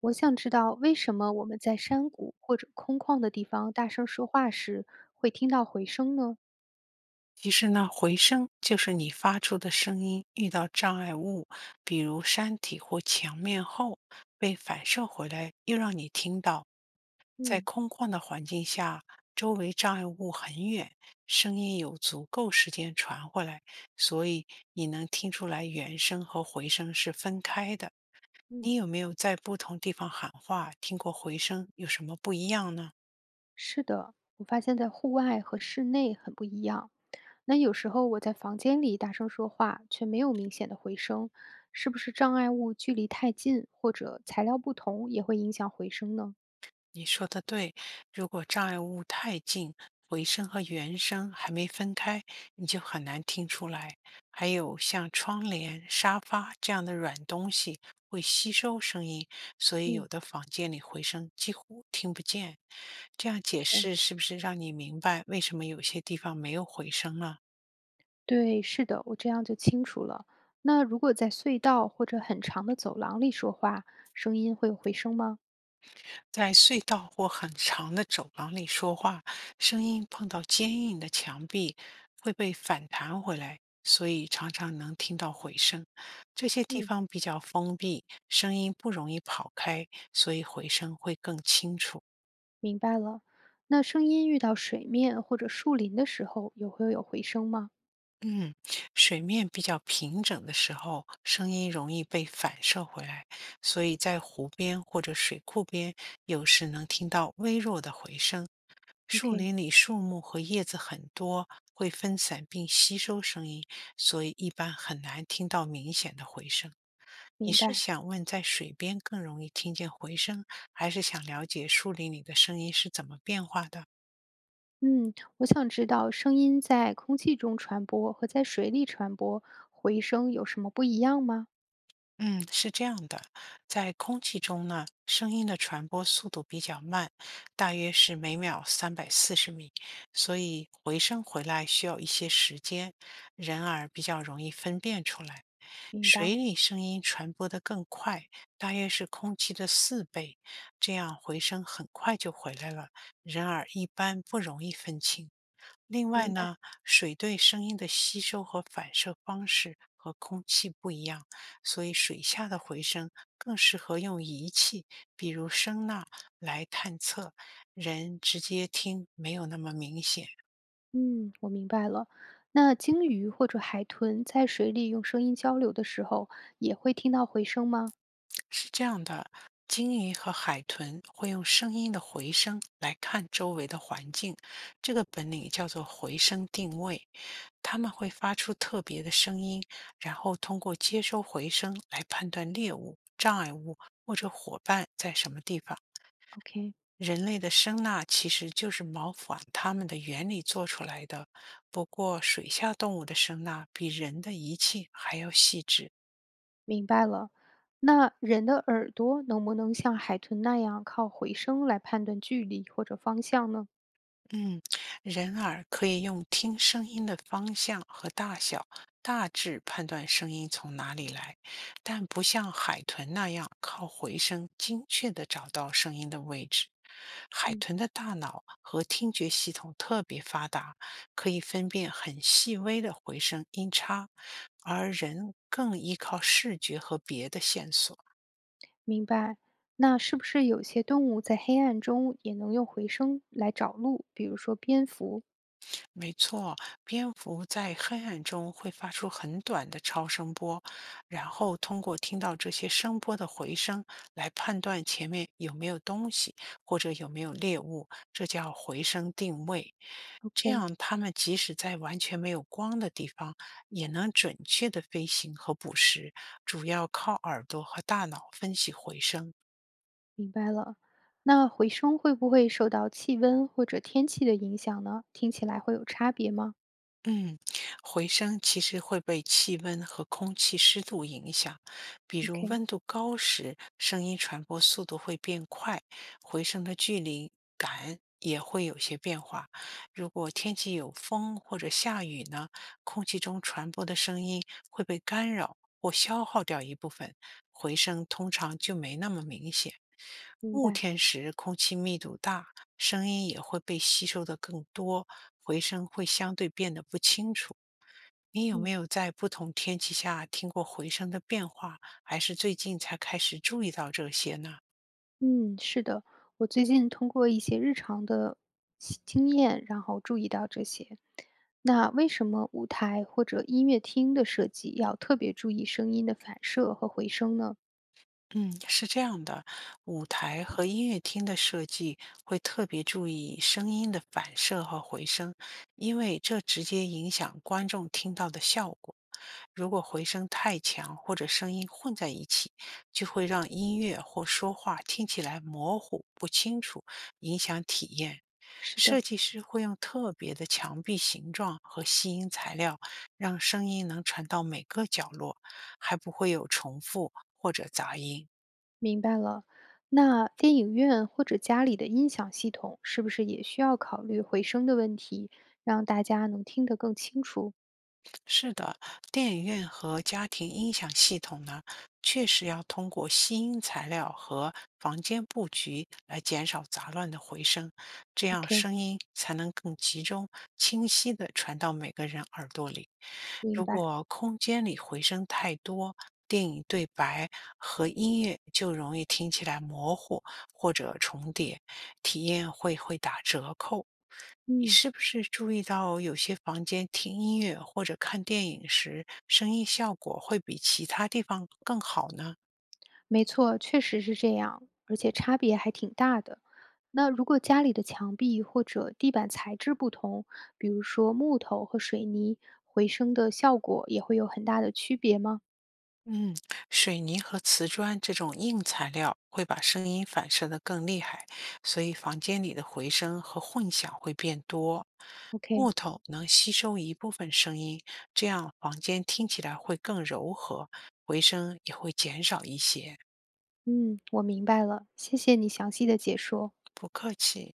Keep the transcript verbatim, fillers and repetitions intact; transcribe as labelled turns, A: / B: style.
A: 我想知道为什么我们在山谷或者空旷的地方大声说话时会听到回声呢？
B: 其实呢，回声就是你发出的声音遇到障碍物，比如山体或墙面后，被反射回来，又让你听到。在
A: 嗯
B: 空旷的环境下，周围障碍物很远，声音有足够时间传回来，所以你能听出来原声和回声是分开的。
A: 嗯。
B: 你有没有在不同地方喊话，听过回声有什么不一样呢？
A: 是的，我发现在户外和室内很不一样。那有时候我在房间里大声说话，却没有明显的回声，是不是障碍物距离太近或者材料不同也会影响回声呢？
B: 你说的对，如果障碍物太近，回声和原声还没分开，你就很难听出来。还有像窗帘、沙发这样的软东西会吸收声音，所以有
A: 嗯
B: 的房间里回声几乎听不见。这样解
A: ，OK，
B: 释是不是让你明白为什么有些地方没有回声了？
A: 对，是的，我这样就清楚了。那如果在隧道或者很长的走廊里说话，声音会有回声吗？
B: 在隧道或很长的走廊里说话，声音碰到坚硬的墙壁会被反弹回来，所以常常能听到回声。这些地
A: 嗯。
B: 方比较封闭，声音不容易跑开，所以回声会更清楚。
A: 明白了。那声音遇到水面或者树林的时候，也会有回声吗
B: 嗯，水面比较平整的时候，声音容易被反射回来，所以在湖边或者水库边，有时能听到微弱的回声。树
A: ？OK，
B: 林里树木和叶子很多，会分散并吸收声音，所以一般很难听到明显的回声。你
A: 明
B: 是
A: 白。
B: 想问在水边更容易听见回声，还是想了解树林里的声音是怎么变化的？
A: 嗯，我想知道声音在空气中传播和在水里传播，回声有什么不一样吗？
B: 嗯，是这样的，在空气中呢，声音的传播速度比较慢，大约是每秒三百四十米，所以回声回来需要一些时间，人耳比较容易分辨出来。
A: 明白，
B: 水里声音传播得更快，大约是空气的四倍，这样回声很快就回来了，人耳一般不容易分清。另外
A: 明白。
B: 呢，水对声音的吸收和反射方式和空气不一样，所以水下的回声更适合用仪器，比如声呐来探测。人直接听没有那么明显。
A: 嗯，我明白了。那鲸鱼或者海豚在水里用声音交流的时候，也会听到回声吗
B: 是这样的，鲸鱼和海豚会用声音的回声来看周围的环境，这个本领叫做回声定位。它们会发出特别的声音，然后通过接收回声来判断猎物、障碍物或者伙伴在什么地方。
A: ？OK，
B: 人类的声呐其实就是模仿它们的原理做出来的，不过水下动物的声呐比人的仪器还要细致。
A: 明白了。那人的耳朵能不能像海豚那样靠回声来判断距离或者方向呢？
B: 嗯，人耳可以用听声音的方向和大小，大致判断声音从哪里来，但不像海豚那样靠回声精确地找到声音的位置。海
A: 嗯，
B: 豚的大脑和听觉系统特别发达，可以分辨很细微的回声音差，而人更依靠视觉和别的线索。
A: 明白。那是不是有些动物在黑暗中也能用回声来找路？比如说蝙蝠
B: 没错，蝙蝠在黑暗中会发出很短的超声波，然后通过听到这些声波的回声来判断前面有没有东西或者有没有猎物，这叫回声定位。这
A: ？OK，
B: 样，它们即使在完全没有光的地方，也能准确的飞行和捕食，主要靠耳朵和大脑分析回声。
A: 明白了。那回声会不会受到气温或者天气的影响呢？听起来会有差别吗
B: 嗯，回声其实会被气温和空气湿度影响，比如
A: ？OK，
B: 温度高时，声音传播速度会变快，回声的距离感也会有些变化。如果天气有风或者下雨呢，空气中传播的声音会被干扰，或消耗掉一部分，回声通常就没那么明显。
A: 明
B: 雾
A: 白。
B: 天时空气密度大，声音也会被吸收的更多，回声会相对变得不清楚。你有没
A: 嗯。
B: 有在不同天气下听过回声的变化，还是最近才开始注意到这些呢？
A: 嗯，是的，我最近通过一些日常的经经验，然后注意到这些。那为什么舞台或者音乐厅的设计要特别注意声音的反射和回声呢？
B: 嗯，是这样的，舞台和音乐厅的设计会特别注意声音的反射和回声，因为这直接影响观众听到的效果。如果回声太强或者声音混在一起，就会让音乐或说话听起来模糊不清楚，影响体验。
A: 是
B: 设
A: 的。
B: 计师会用特别的墙壁形状和吸音材料，让声音能传到每个角落，还不会有重复或者杂音。
A: 明白了。那电影院或者家里的音响系统，是不是也需要考虑回声的问题，让大家能听得更清楚
B: 是的，电影院和家庭音响系统呢，确实要通过吸音材料和房间布局来减少杂乱的回声，这样
A: ？OK，
B: 声音才能更集中、清晰地传到每个人耳朵里。
A: 明
B: 如
A: 白。
B: 果空间里回声太多，电影对白和音乐就容易听起来模糊或者重叠，体验会会打折扣。你
A: 嗯，
B: 是不是注意到有些房间听音乐或者看电影时，声音效果会比其他地方更好呢？
A: 没错，确实是这样，而且差别还挺大的。那如果家里的墙壁或者地板材质不同，比如说木头和水泥，回声的效果也会有很大的区别吗
B: 嗯，水泥和瓷砖这种硬材料会把声音反射得更厉害，所以房间里的回声和混响会变多。
A: ？OK，
B: 木头能吸收一部分声音，这样房间听起来会更柔和，回声也会减少一些。
A: 嗯，我明白了，谢谢你详细的解说。
B: 不客气。